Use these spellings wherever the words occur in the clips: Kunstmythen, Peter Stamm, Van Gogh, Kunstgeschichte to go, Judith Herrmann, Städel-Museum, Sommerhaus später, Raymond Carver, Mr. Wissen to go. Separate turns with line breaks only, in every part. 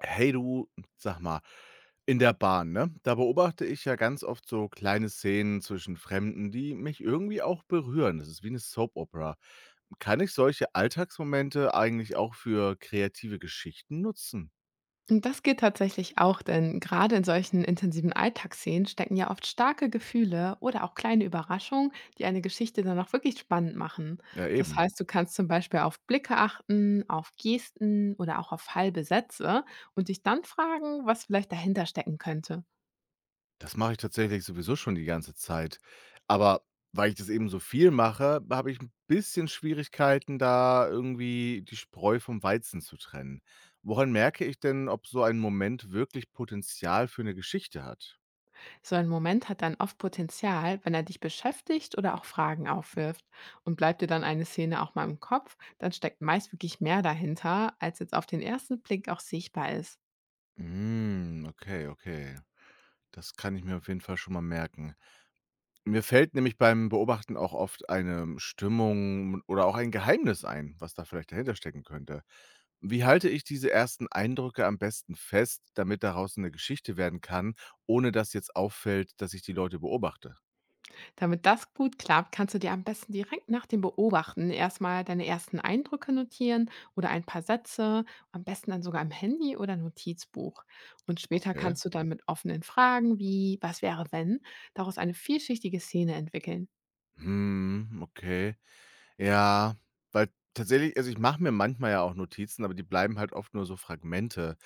Hey du, sag mal, in der Bahn, ne? Da beobachte ich ja ganz oft so kleine Szenen zwischen Fremden, die mich irgendwie auch berühren. Das ist wie eine Soap Opera. Kann ich solche Alltagsmomente eigentlich auch für kreative Geschichten nutzen?
Und das geht tatsächlich auch, denn gerade in solchen intensiven Alltagsszenen stecken ja oft starke Gefühle oder auch kleine Überraschungen, die eine Geschichte dann auch wirklich spannend machen.
Ja,
Das
eben.
heißt, du kannst zum Beispiel auf Blicke achten, auf Gesten oder auch auf halbe Sätze und dich dann fragen, was vielleicht dahinter stecken könnte.
Das mache ich tatsächlich sowieso schon die ganze Zeit. Aber weil ich das eben so viel mache, habe ich ein bisschen Schwierigkeiten, da irgendwie die Spreu vom Weizen zu trennen. Woran merke ich denn, ob so ein Moment wirklich Potenzial für eine Geschichte hat?
So ein Moment hat dann oft Potenzial, wenn er dich beschäftigt oder auch Fragen aufwirft. Und bleibt dir dann eine Szene auch mal im Kopf, dann steckt meist wirklich mehr dahinter, als jetzt auf den ersten Blick auch sichtbar ist.
Hm, okay, okay. Das kann ich mir auf jeden Fall schon mal merken. Mir fällt nämlich beim Beobachten auch oft eine Stimmung oder auch ein Geheimnis ein, was da vielleicht dahinter stecken könnte. Wie halte ich diese ersten Eindrücke am besten fest, damit daraus eine Geschichte werden kann, ohne dass jetzt auffällt, dass ich die Leute beobachte?
Damit das gut klappt, kannst du dir am besten direkt nach dem Beobachten erstmal deine ersten Eindrücke notieren oder ein paar Sätze, am besten dann sogar im Handy oder Notizbuch. Und später
Okay.
kannst du dann mit offenen Fragen wie was wäre wenn daraus eine vielschichtige Szene entwickeln.
Hm, okay. Ja, weil tatsächlich also, ich mache mir manchmal ja auch Notizen, aber die bleiben halt oft nur so Fragmente.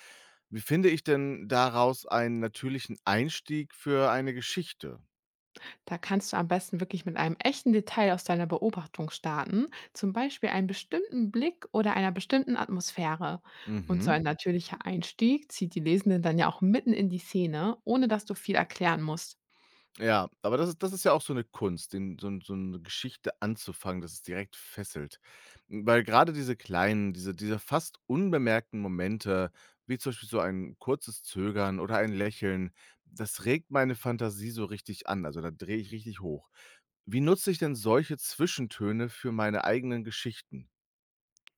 Wie finde ich denn daraus einen natürlichen Einstieg für eine Geschichte?
Da kannst du am besten wirklich mit einem echten Detail aus deiner Beobachtung starten, zum Beispiel einem bestimmten Blick oder einer bestimmten Atmosphäre. Und so ein
Mhm.
natürlicher Einstieg zieht die Lesenden dann ja auch mitten in die Szene, ohne dass du viel erklären musst.
Ja, aber das ist ja auch so eine Kunst, den so 'ne Geschichte anzufangen, dass es direkt fesselt. Hm, weil gerade diese kleinen, diese fast unbemerkten Momente, wie zum Beispiel so ein kurzes Zögern oder ein Lächeln, das regt meine Fantasie so richtig an. Also, da drehe ich richtig hoch. Wie nutze ich denn solche Zwischentöne für meine eigenen Geschichten?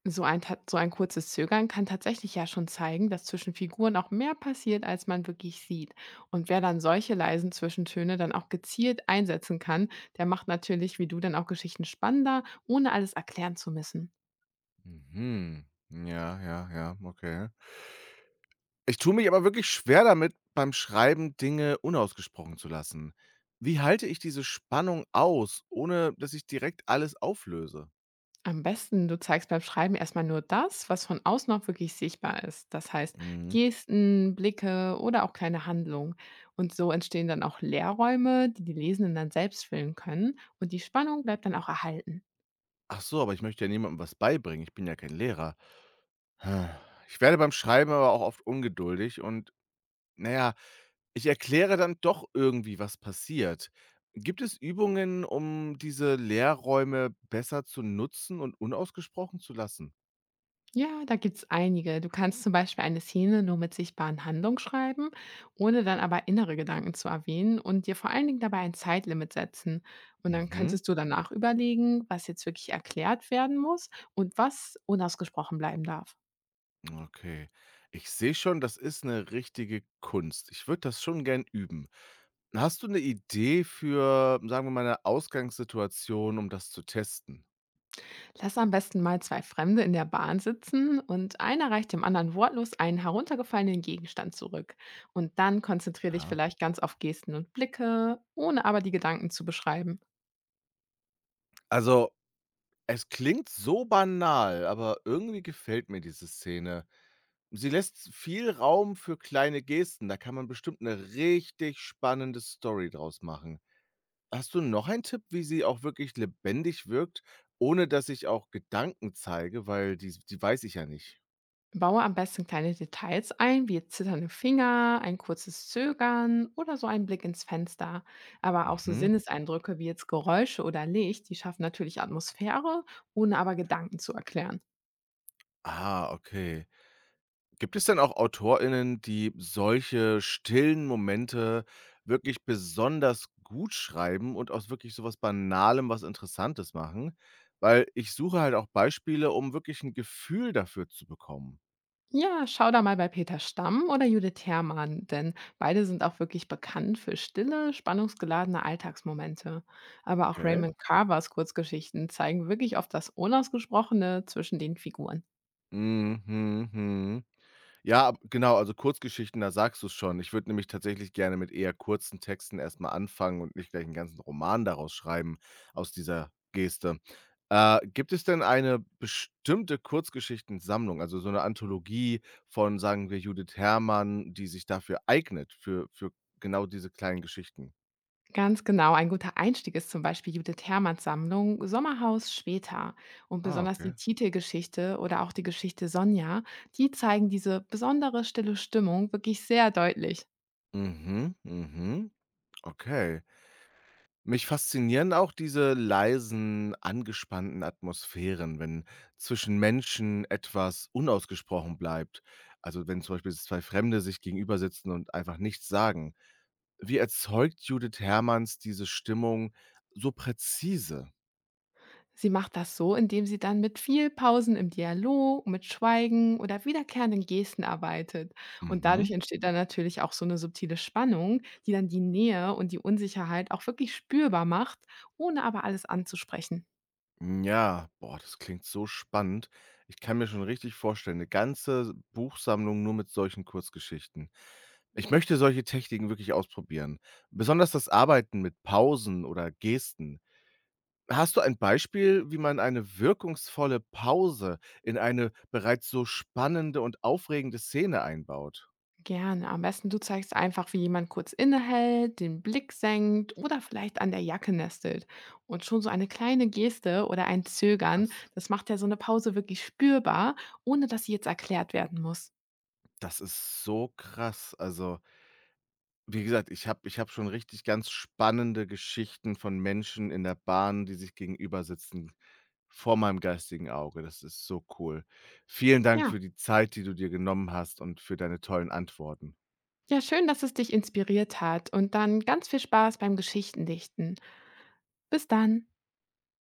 So ein kurzes Zögern kann tatsächlich ja schon zeigen, dass zwischen Figuren auch mehr passiert, als man wirklich sieht. Und wer dann solche leisen Zwischentöne dann auch gezielt einsetzen kann, der macht natürlich, wie du, dann auch Geschichten spannender, ohne alles erklären zu müssen.
Mhm. Ja, ja, ja, okay. Ich tue mich aber wirklich schwer damit, beim Schreiben Dinge unausgesprochen zu lassen. Wie halte ich diese Spannung aus, ohne dass ich direkt alles auflöse?
Am besten, du zeigst beim Schreiben erstmal nur das, was von außen auch wirklich sichtbar ist. Das heißt
Mhm.
Gesten, Blicke oder auch kleine Handlungen. Und so entstehen dann auch Leerräume, die die Lesenden dann selbst füllen können. Und die Spannung bleibt dann auch erhalten.
Ach so, aber ich möchte ja niemandem was beibringen. Ich bin ja kein Lehrer. Hm. Ich werde beim Schreiben aber auch oft ungeduldig und, naja, ich erkläre dann doch irgendwie, was passiert. Gibt es Übungen, um diese Lehrräume besser zu nutzen und unausgesprochen zu lassen?
Ja, da gibt's einige. Du kannst zum Beispiel eine Szene nur mit sichtbaren Handlungen schreiben, ohne dann aber innere Gedanken zu erwähnen und dir vor allen Dingen dabei ein Zeitlimit setzen. Und dann
Mhm.
könntest du danach überlegen, was jetzt wirklich erklärt werden muss und was unausgesprochen bleiben darf.
Okay. Ich sehe schon, das ist eine richtige Kunst. Ich würde das schon gern üben. Hast du eine Idee für, sagen wir mal, eine Ausgangssituation, um das zu testen?
Lass am besten mal zwei Fremde in der Bahn sitzen und einer reicht dem anderen wortlos einen heruntergefallenen Gegenstand zurück. Und dann konzentrier dich
Ja.
vielleicht ganz auf Gesten und Blicke, ohne aber die Gedanken zu beschreiben.
Also, es klingt so banal, aber irgendwie gefällt mir diese Szene. Sie lässt viel Raum für kleine Gesten, da kann man bestimmt eine richtig spannende Story draus machen. Hast du noch einen Tipp, wie sie auch wirklich lebendig wirkt, ohne dass ich auch Gedanken zeige, weil die weiß ich ja nicht?
Baue am besten kleine Details ein, wie zitternde Finger, ein kurzes Zögern oder so ein Blick ins Fenster. Aber auch so
Mhm.
Sinneseindrücke wie jetzt Geräusche oder Licht, die schaffen natürlich Atmosphäre, ohne aber Gedanken zu erklären.
Ah, okay. Gibt es denn auch AutorInnen, die solche stillen Momente wirklich besonders gut schreiben und aus wirklich sowas Banalem was Interessantes machen? Weil ich suche halt auch Beispiele, um wirklich ein Gefühl dafür zu bekommen.
Ja, schau da mal bei Peter Stamm oder Judith Herrmann, denn beide sind auch wirklich bekannt für stille, spannungsgeladene Alltagsmomente. Aber auch
Okay.
Raymond Carvers Kurzgeschichten zeigen wirklich oft das Unausgesprochene zwischen den Figuren.
Mhm, mhm. Ja, ab genau, also Kurzgeschichten, da sagst du es schon. Ich würde nämlich tatsächlich gerne mit eher kurzen Texten erstmal anfangen und nicht gleich einen ganzen Roman daraus schreiben aus dieser Geste. Gibt es denn eine bestimmte Kurzgeschichtensammlung, also so eine Anthologie von, sagen wir, Judith Herrmann, die sich dafür eignet, für genau diese kleinen Geschichten?
Ganz genau. Ein guter Einstieg ist zum Beispiel Judith Hermanns Sammlung Sommerhaus später. Und
Ah,
besonders die
okay.
Titelgeschichte oder auch die Geschichte Sonja, die zeigen diese besondere stille Stimmung wirklich sehr deutlich.
Mhm, mhm, okay. Mich faszinieren auch diese leisen, angespannten Atmosphären, wenn zwischen Menschen etwas unausgesprochen bleibt. Also wenn zum Beispiel zwei Fremde sich gegenüber sitzen und einfach nichts sagen. Wie erzeugt Judith Herrmanns diese Stimmung so präzise?
Sie macht das so, indem sie dann mit viel Pausen im Dialog, mit Schweigen oder wiederkehrenden Gesten arbeitet. Und dadurch
Mhm.
entsteht dann natürlich auch so eine subtile Spannung, die dann die Nähe und die Unsicherheit auch wirklich spürbar macht, ohne aber alles anzusprechen.
Hm, ja, boah, das klingt so spannend. Ich kann mir schon richtig vorstellen, eine ganze Buchsammlung nur mit solchen Kurzgeschichten. Ich möchte solche Techniken wirklich ausprobieren, besonders das Arbeiten mit Pausen oder Gesten. Hast du ein Beispiel, wie man eine wirkungsvolle Pause in eine bereits so spannende und aufregende Szene einbaut?
Gerne. Am besten du zeigst einfach, wie jemand kurz innehält, den Blick senkt oder vielleicht an der Jacke nestelt. Und schon so eine kleine Geste oder ein Zögern,
Das
das macht ja so eine Pause wirklich spürbar, ohne dass sie jetzt erklärt werden muss.
das ist so krass. Also wie gesagt, ich habe schon richtig ganz spannende Geschichten von Menschen in der Bahn, die sich gegenüber sitzen, vor meinem geistigen Auge. Das ist so cool. Vielen Dank
Ja.
für die Zeit, die du dir genommen hast und für deine tollen Antworten.
Ja, schön, dass es dich inspiriert hat und dann ganz viel Spaß beim Geschichtendichten. Bis dann.